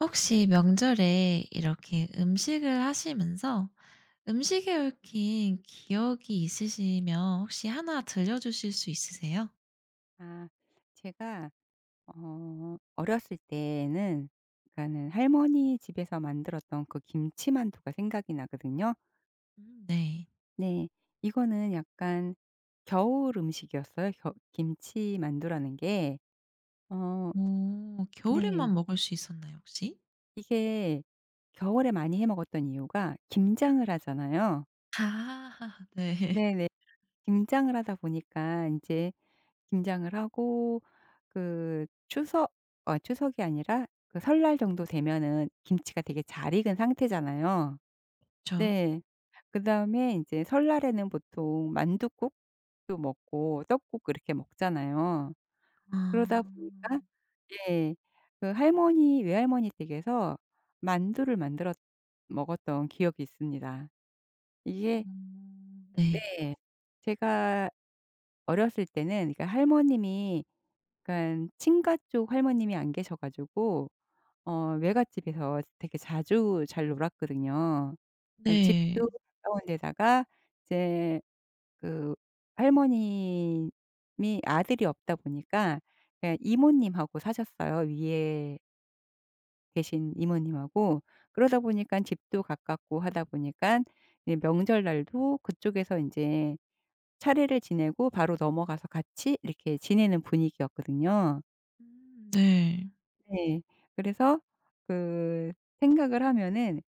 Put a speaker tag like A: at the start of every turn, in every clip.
A: 혹시 명절에 이렇게 음식을 하시면서 음식에 얽힌 기억이 있으시면 혹시 하나 들려주실 수 있으세요?
B: 아 제가 어렸을 때는 그러니까는 할머니 집에서 만들었던 그 김치만두가 생각이 나거든요.
A: 음. 네.
B: 네. 이거는 약간 겨울 음식이었어요. 겨 김치만두라는 게. 어
A: 오,
B: 네.
A: 겨울에만 먹을 수 있었나요, 혹시?
B: 이게 겨울에 많이 해 먹었던 이유가 김장을 하잖아요.
A: 아 네.
B: 네네. 김장을 하다 보니까 이제 김장을 하고 그 추석 추석이 아니라 그 설날 정도 되면은 김치가 되게 잘 익은 상태잖아요.
A: 그쵸.
B: 네. 그다음에 인제 설날에는 보통 만둣국도 먹고 떡국 이렇게 먹잖아요.
A: 아.
B: 그러다 보니까 예 그 할머니 외할머니 댁에서 만두를 만들어 먹었던 기억이 있습니다. 이게
A: 음. 네.
B: 네. 제가 어렸을 때는 그러니까 할머님이 약간 친가 쪽 할머님이 안 계셔 가지고 외갓집에서 되게 자주 잘 놀았거든요. 그러니까
A: 네.
B: 집도 가까운 데다가 이제 그 할머님이 아들이 없다 보니까 그냥 이모님하고 사셨어요. 위에 계신 이모님하고. 그러다 보니깐 집도 가깝고 하다 보니깐 이제 명절날도 그쪽에서 인제 차례를 지내고 바로 넘어가서 같이 이렇게 지내는 분위기였거든요.
A: 음. 네.
B: 네. 그래서 그 생각을 하면은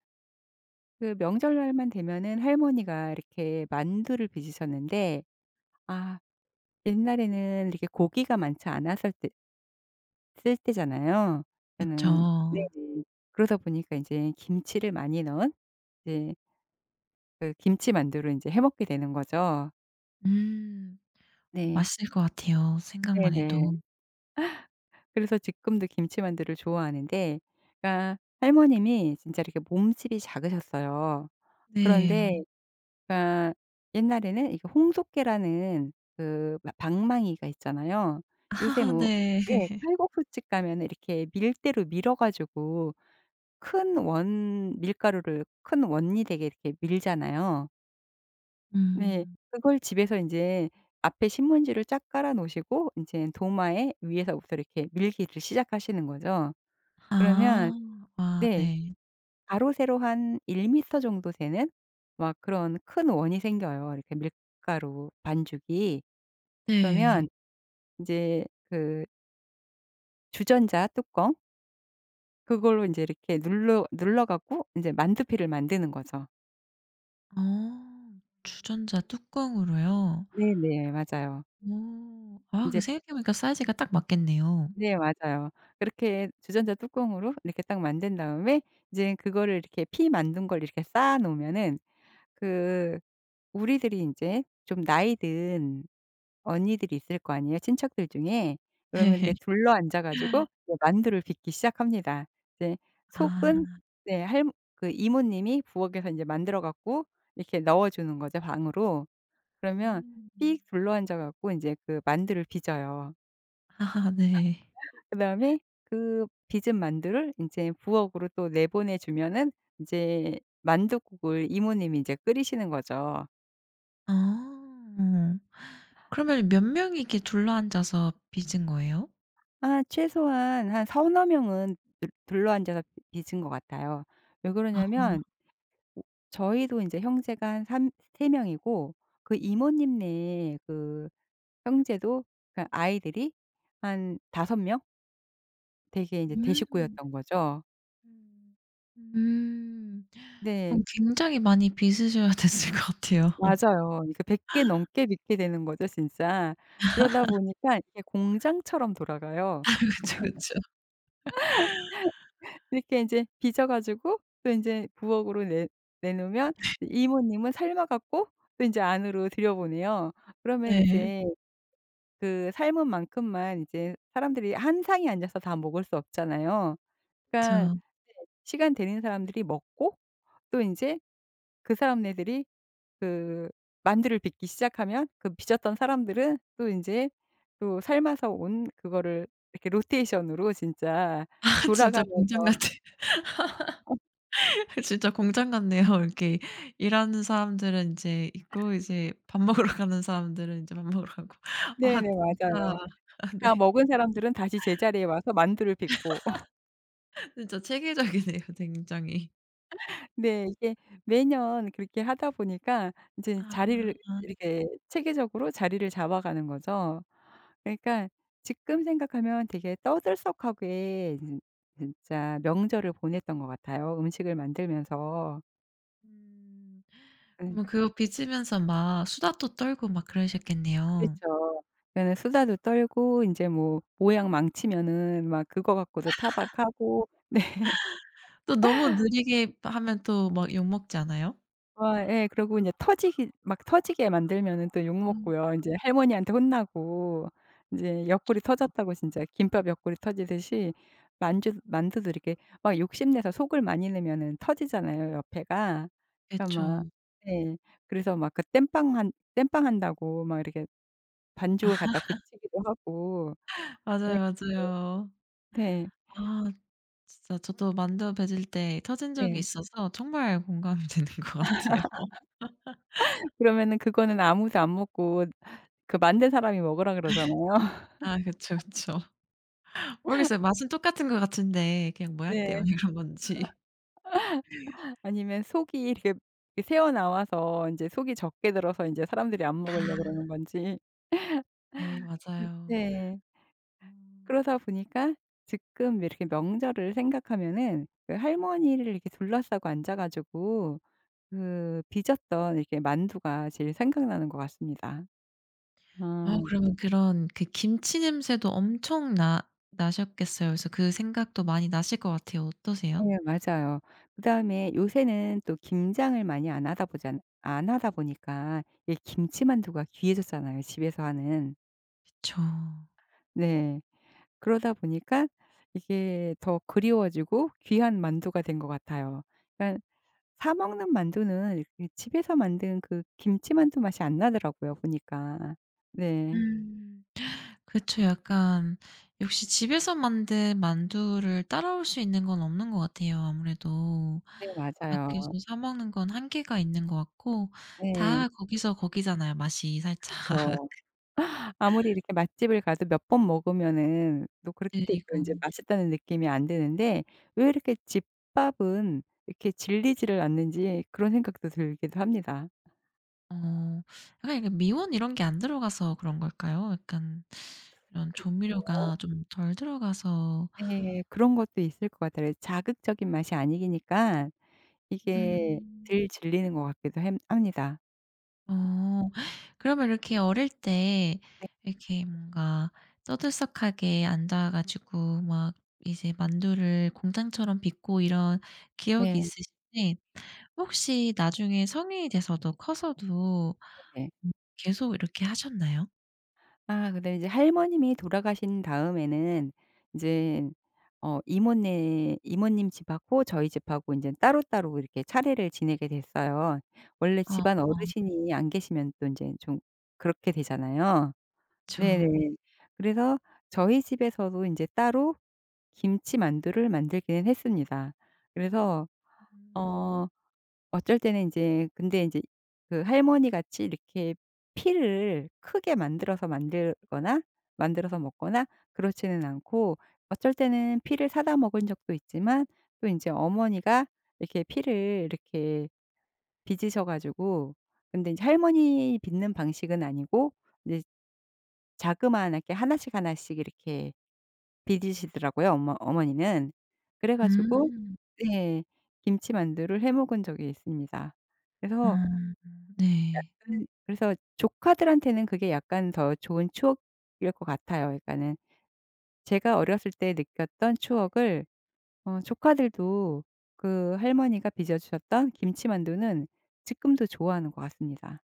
B: 그 명절날만 되면은 할머니가 이렇게 만두를 빚으셨는데 아 옛날에는 이렇게 고기가 많지 않았을 때 쓸 때잖아요. 그러는
A: 그쵸.
B: 네네. 그러다 보니까 인제 김치를 많이 넣은 이제 그 김치만두를 인제 해 먹게 되는 거죠.
A: 음. 어,
B: 네.
A: 맛있을 것 같아요, 생각만
B: 네네.
A: 해도.
B: 그래서 지금도 김치만두를 좋아하는데 그러니까 할머님이 진짜 이렇게 몸집이 작으셨어요. 그런데
A: 네.
B: 그러니까 옛날에는 이게 홍속개라는 방망이가 있잖아요. 요새
A: 아
B: 뭐
A: 네.
B: 꽤 칼국수집 가면 이렇게 밀대로 밀어 가지고 큰 원 밀가루를 큰 원이 되게 이렇게 밀잖아요. 네.
A: 음.
B: 그걸 집에서 인제 앞에 신문지를 쫙 깔아 놓으시고 인제 도마에 위에서부터 이렇게 밀기를 시작하시는 거죠. 그러면
A: 아. 아
B: 네.
A: 네.
B: 가로 세로 한 1m 정도 되는 막 그런 큰 원이 생겨요, 이렇게 밀가루 반죽이. 그러면
A: 네.
B: 인제 그 주전자 뚜껑 그걸로 인제 이렇게 눌러 갖고 인제 만두피를 만드는 거죠.
A: 어. 주전자 뚜껑으로요?
B: 네네. 맞아요.
A: 오, 아 그
B: 인제
A: 생각해 보니까 사이즈가 딱 맞겠네요.
B: 네 맞아요. 그렇게 주전자 뚜껑으로 이렇게 딱 만든 다음에 이제 그거를 이렇게 피 만든 걸 이렇게 쌓아 놓으면은 그 우리들이 인제 좀 나이 든 언니들이 있을 거 아니에요, 친척들 중에. 그러면 이렇게
A: 네.
B: 둘러 앉아 가지고 이제 만두를 빚기 시작합니다. 이제 속은
A: 아.
B: 네 할머 그 이모님이 부엌에서 인제 만들어 갖고 이렇게 넣어 주는 거죠, 방으로. 그러면
A: 음.
B: 삑 둘러 앉아 갖고 인제 그 만두를 빚어요.
A: 아 네.
B: 그다음에 그 빚은 만두를 인제 부엌으로 또 내보내 주면은 인제 만둣국을 이모님이 인제 끓이시는 거죠.
A: 어. 그러면 몇 명이 이렇게 둘러앉아서 빚은 거예요?
B: 최소한 한 서너 명은 들 둘러앉아서 빚은 것 같아요. 왜
A: 아.
B: 그러냐면 저희도 인제 형제가 한 삼 세 명이고 그 이모님네 그 형제도 그러니까 아이들이 한 다섯 명 되게 인제
A: 음.
B: 대식구였던 거죠.
A: 음. 음.
B: 네.
A: 그럼 굉장히 많이 빚으셔야 됐을 것 같아요.
B: 맞아요. 그러100개 넘게 빚게 되는 거죠 진짜. 그러다 보니까 이게 공장처럼 돌아가요.
A: 그쵸, 그쵸.
B: 이렇게 인제 빚어 가지고 또 인제 부엌으로 내 내놓으면 이모님은 삶아 갖고 또 인제 안으로 들여보내요. 그러면
A: 네.
B: 이제 그 삶은 만큼만 이제 사람들이 한 상에 앉아서 다 먹을 수 없잖아요. 그러니까
A: 그쵸.
B: 시간 되는 사람들이 먹고 또 인제 그 사람네들이 그 만두를 빚기 시작하면 그 빚었던 사람들은 또 인제 또 삶아서 온 그거를 이렇게 로테이션으로 진짜
A: 아 진짜 공장
B: 돌아가면서
A: 같아.
B: 어
A: 진짜 공장 같네요. 이렇게 일하는 사람들은 이제 있고, 이제 밥 먹으러 가는 사람들은 이제 밥 먹으러 가고. 아
B: 네네.
A: 진짜.
B: 맞아요. 다
A: 네.
B: 먹은 사람들은 다시 제자리에 와서 만두를 빚고
A: 진짜 체계적이네요, 굉장히.
B: 네 이게 매년 그렇게 하다 보니까 인제
A: 아.
B: 자리를 이렇게 체계적으로 자리를 잡아가는 거죠. 그러니까 지금 생각하면 되게 떠들썩하게 진 진짜 명절을 보냈던 것 같아요, 음식을 만들면서.
A: 음.
B: 예
A: 뭐 그거 비치면서 막 수다도 떨고 막 그러셨겠네요.
B: 그렇죠. 그러니까는 수다도 떨고 인제 뭐 모양 망치면은 막 그거 갖고도 타박하고
A: 또 너무 느리게 하면 또 막 욕먹지 않아요?
B: 와 예. 그러고 인제 터지기 막 터지게 만들면은 또 욕
A: 음.
B: 먹고요. 인제 할머니한테 혼나고 인제 옆구리 터졌다고 진짜 김밥 옆구리 터지듯이 만주 만두도 이렇게 막 욕심내서 속을 많이 내면은 터지잖아요, 옆에가. 그러니까
A: 그쵸.
B: 막 네. 그래서 막 그 땜빵 한다고 막 이렇게 반죽을 갖다 붙이기도 하고. 네.
A: 맞아요, 맞아요.
B: 네.
A: 아, 진짜 저도 만두 빚을 때 터진 적이
B: 네.
A: 있어서 정말 공감이 되는 것 같아요.
B: 그러면은 그거는 아무도 안 먹고 그 만든 사람이 먹으라 그러잖아요.
A: 아 그쵸, 그쵸. 모르겠어요. 맛은 똑같은 것 같은데 그냥 모양
B: 네.
A: 때문에 그런 건지.
B: 아니면 속이 이렇게 이 새어 나와서 인제 속이 적게 들어서 인제 사람들이 안 먹으려고
A: 아.
B: 그러는 건지.
A: 네
B: 음.
A: 맞아요.
B: 네.
A: 음.
B: 그러다 보니까 지금 이렇게 명절을 생각하면은 그 할머니를 이렇게 둘러싸고 앉아 가지고 그 빚었던 이렇게 만두가 제일 생각나는 것 같습니다.
A: 아
B: 아
A: 그러면 그런 그 김치 냄새도 엄청 나 나셨겠어요. 그래서 그 생각도 많이 나실 것 같아요. 어떠세요?
B: 네 맞아요. 그다음에 요새는 또 김장을 많이 안 하다 보니까 이 김치만두가 귀해졌잖아요 집에서 하는.
A: 그쵸.
B: 네. 그러다 보니까 이게 더 그리워지고 귀한 만두가 된 것 같아요. 그러니까 사 먹는 만두는 이렇게 집에서 만든 그 김치만두 맛이 안 나더라고요 보니까. 네.
A: 음. 그쵸. 약간 역시 집에서 만든 만두를 따라올 수 있는 건 없는 것 같아요, 아무래도.
B: 네 맞아요.
A: 밖에서 사 먹는 건 한계가 있는 것 같고,
B: 네
A: 다 거기서 거기잖아요, 맛이 살짝.
B: 그렇죠. 아무리 이렇게 맛집을 가도 몇 번 먹으면은 또
A: 그
B: 그렇게
A: 리
B: 또
A: 고
B: 인제 맛있다는 느낌이 안 드는데 왜 이렇게 집밥은 이렇게 질리지를 않는지 그런 생각도 들기도 합니다.
A: 어. 약간 이게 미원 이런 게 안 들어가서 그런 걸까요? 약간 이런
B: 글쎄요.
A: 조미료가 좀 덜 들어가서.
B: 네. 그런 것도 있을 것 같아요. 자극적인 맛이 아니니까 이게 덜
A: 음.
B: 질리는 것 같기도 함 합니다.
A: 어. 그러면 이렇게 어릴 때
B: 네.
A: 이렇게 뭔가 떠들썩하게 앉아 가지고 막 이제 만두를 공장처럼 빚고 이런 기억이
B: 네.
A: 있으신데, 혹시 나중에 성인이 돼서도 커서도
B: 네
A: 음 계속 이렇게 하셨나요?
B: 근데 이제 할머님이 돌아가신 다음에는 인제 어 이모네 이모님 집하고 저희 집하고 인제 따로따로 이렇게 차례를 지내게 됐어요. 원래 집안
A: 어
B: 어르신이 안 계시면 또 인제 좀 그렇게 되잖아요.
A: 그
B: 네네. 그래서 저희 집에서도 인제 따로 김치만두를 만들기는 했습니다. 그래서 어 어쩔 때는 이제 그 할머니 같이 이렇게 피를 크게 만들어서 만들거나 만들어서 먹거나 그렇지는 않고 어쩔 때는 피를 사다 먹은 적도 있지만 또 이제 어머니가 이렇게 피를 이렇게 빚으셔 가지고 근데 이제 할머니 빚는 방식은 아니고 이제 자그마하게 하나씩 하나씩 이렇게 빚이시더라고요 엄마 어머니는. 가지고
A: 음.
B: 네. 김치만두를 해 먹은 적이 있습니다.
A: 어
B: 그래서
A: 네.
B: 네. 그래서 조카들한테는 그게 약간 더 좋은 추억일 것 같아요. 그러니까는 제가 어렸을 때 느꼈던 추억을 조카들도 그 할머니가 빚어 주셨던 김치만두는 지금도 좋아하는 것 같습니다.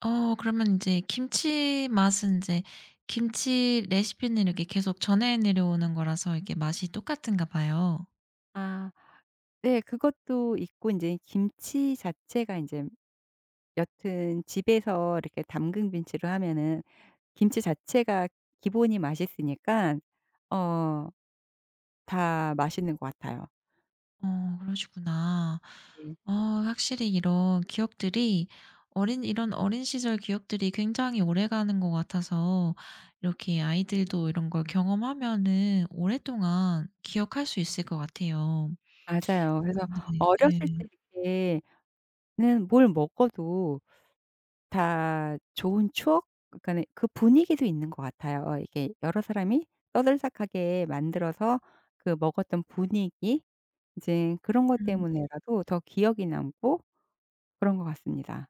A: 어 그러면 인제 김치 맛은 인제 김치 레시피는 이렇게 계속 전해 내려오는 거라서 이게 맛이 똑같은가 봐요.
B: 아 네. 그것도 있고 인제 김치 자체가 인제 여튼 집에서 이렇게 담근 김치로 하면은 김치 자체가 기본이 맛있으니까 어 다 맛있는 것 같아요.
A: 어 그러시구나.
B: 네.
A: 어 확실히 이런 기억들이 어린 이런 어린 시절 기억들이 굉장히 오래가는 것 같아서 이렇게 아이들도 이런 걸 경험하면은 오랫동안 기억할 수 있을 것 같아요.
B: 맞아요. 그래서
A: 네. 예.
B: 어렸을 때는 뭘 먹어도 다 좋은 추억 그러니까는 그 분위기도 있는 것 같아요. 이게 여러 사람이 떠들썩하게 만들어서 그 먹었던 분위기 인제 그런 것
A: 음.
B: 때문에라도 더 기억이 남고 그런 것 같습니다.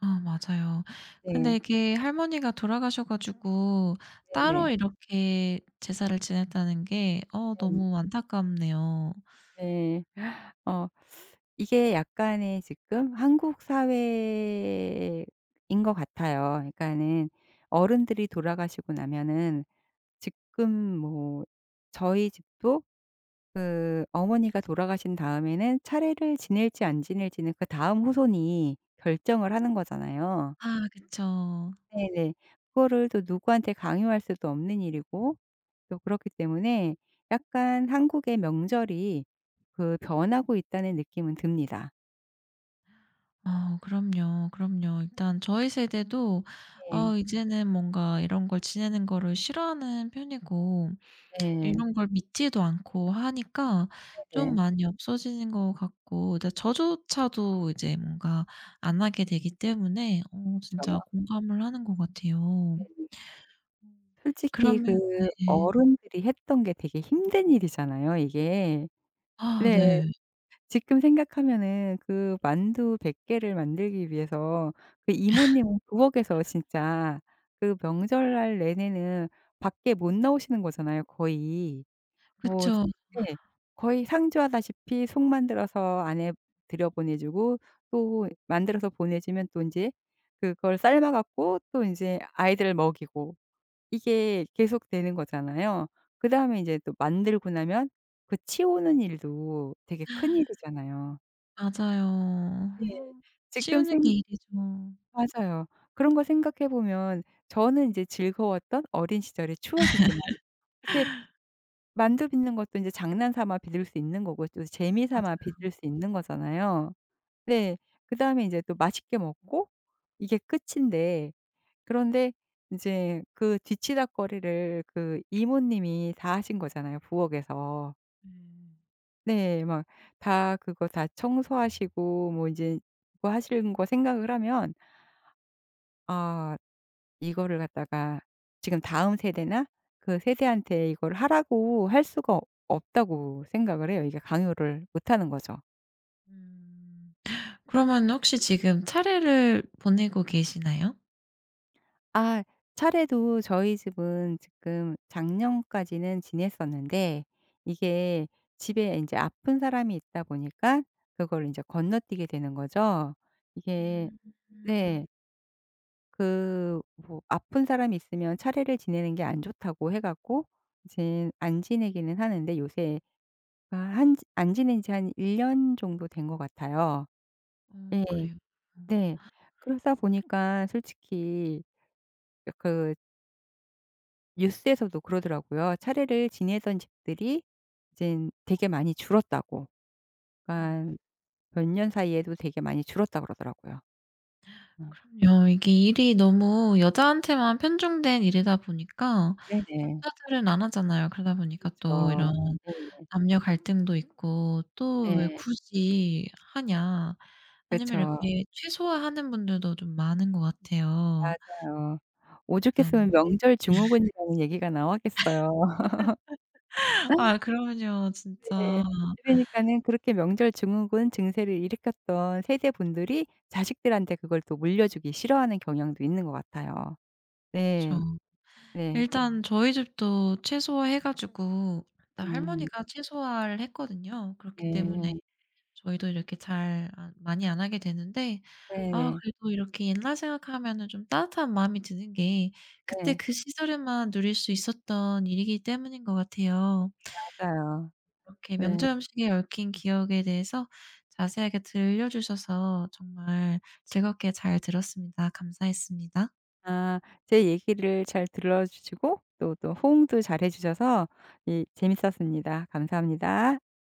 A: 아 맞아요. 근데
B: 네.
A: 이게 할머니가 돌아가셔 가지고 따로
B: 네네.
A: 이렇게 제사를 지냈다는 게 어
B: 네네.
A: 너무 안타깝네요.
B: 네. 어 이게 약간의 지금 한국 사회인 것 같아요. 그러니까는 어른들이 돌아가시고 나면은 지금 뭐 저희 집도 그 어머니가 돌아가신 다음에는 차례를 지낼지 안 지낼지는 그다음 후손이 결정을 하는 거잖아요.
A: 아 그쵸.
B: 네네. 그거를 또 누구한테 강요할 수도 없는 일이고 또 그렇기 때문에 약간 한국의 명절이 그 변하고 있다는 느낌은 듭니다.
A: 어 그럼요, 그럼요. 일단 저희 세대도
B: 네.
A: 어 이제는 뭔가 이런 걸 지내는 거를 싫어하는 편이고,
B: 네.
A: 이런 걸 믿지도 않고 하니까 좀
B: 네네.
A: 많이 없어지는 것 같고, 근데 저조차도 이제 뭔가 안 하게 되기 때문에 어
B: 그쵸.
A: 진짜 공감을 하는 것 같아요.
B: 네네.
A: 음.
B: 솔직히 그
A: 그러면 네.
B: 어른들이 했던 게 되게 힘든 일이잖아요 이게.
A: 아
B: 네.
A: 네.
B: 지금 생각하면은 그 만두 100 개를 만들기 위해서 그 이모님은 부엌에서 진짜 그 명절날 내내는 밖에 못 나오시는 거잖아요 거의. 뭐
A: 그쵸.
B: 진 예. 거의 상주하다시피 속 만들어서 안에 들여 보내 주고 또 만들어서 보내 주면 또 인제 그걸 삶아 갖고 또 인제 아이들을 먹이고 이게 계속되는 거잖아요. 그다음에 인제 또 만들고 나면 그 치우는 일도 되게 큰일이잖아요.
A: 맞아요.
B: 네.
A: 아
B: 지금
A: 치우는 게
B: 생
A: 일이죠.
B: 맞아요. 그런 거 생각해 보면 저는 이제 즐거웠던 어린 시절의 추억이지만 이게 만두 빚는 것도 인제 장난 삼아 빚을 수 있는 거고 또 재미 삼아
A: 맞아요.
B: 빚을 수 있는 거잖아요. 네. 그다음에 인제 또 맛있게 먹고 이게 끝인데 그런데 인제 그 뒤치다꺼리를 그 이모님이 다 하신 거잖아요 부엌에서.
A: 네.
B: 네. 막 다 그거 다 청소하시고 뭐 인제 그거 하시는 거 생각을 하면 아 이거를 갖다가 지금 다음 세대나 그 세대한테 이걸 하라고 할 수가 없다고 생각을 해요. 이게 강요를 못 하는 거죠.
A: 음. 그러면 혹시 지금 차례를 보내고 계시나요?
B: 아 차례도 저희 집은 지금 작년까지는 지냈었는데 이게 집에 이제 아픈 사람이 있다 보니까 그걸 이제 건너뛰게 되는 거죠. 이게
A: 음. 음.
B: 네. 그 뭐 아픈 사람이 있으면 차례를 지내는 게 안 좋다고 해 갖고 이제 안 지내기는 하는데 요새 아 한 지 안 지낸 지 한 1년 정도 된 것 같아요.
A: 어
B: 예.
A: 그래요. 어.
B: 네. 그러다 보니까 솔직히 그 뉴스에서도 그러더라고요. 차례를 지내던 집들이 이제 되게 많이 줄었다고.
A: 음.
B: 그러니까 몇 년 사이에도 되게 많이 줄었다 그러더라고요. 음.
A: 그럼요. 이게 일이 너무 여자한테만 편중된 일이다 보니까
B: 네네.
A: 남자들은 안 하잖아요. 그러다 보니까 또 이런
B: 그렇죠. 네.
A: 남녀 갈등도 있고, 또 '왜
B: 네.
A: 굳이 하냐.' 아니면
B: 그렇죠.
A: 이렇게 최소화하는 분들도 좀 많은 것 같아요.
B: 맞아요.
A: 일단
B: 오죽했으면 명절 증후군이라는 얘기가 나왔겠어요.
A: 아 그럼요. 진짜.
B: 네. 그러니까는 그렇게 명절 증후군 증세를 일으켰던 세대분들이 자식들한테 그걸 또 물려주기 싫어하는 경향도 있는 것 같아요.
A: 그쵸.
B: 네. 네.
A: 일단 저희 집도 최소화해 가지고, 일단
B: 음.
A: 할머니가 최소화를 했거든요. 그렇기 때문에
B: 네.
A: 저희도 이렇게 잘 안 많이 안 하게 되는데, 아
B: 네네.
A: 그래도 이렇게 옛날 생각하면은 좀 따뜻한 마음이 드는 게
B: 네.
A: 그때
B: 네.
A: 그 시절에만 누릴 수 있었던 일이기 때문인 것 같아요.
B: 맞아요.
A: 이렇게
B: 네.
A: 명절 음식에 얽힌 기억에 대해서 자세하게 들려주셔서 정말 즐겁게 잘 들었습니다. 감사했습니다.
B: 아 제 얘기를 잘 들어 주시고 또, 또 호응도 잘해 주셔서 이 재밌었습니다. 감사합니다.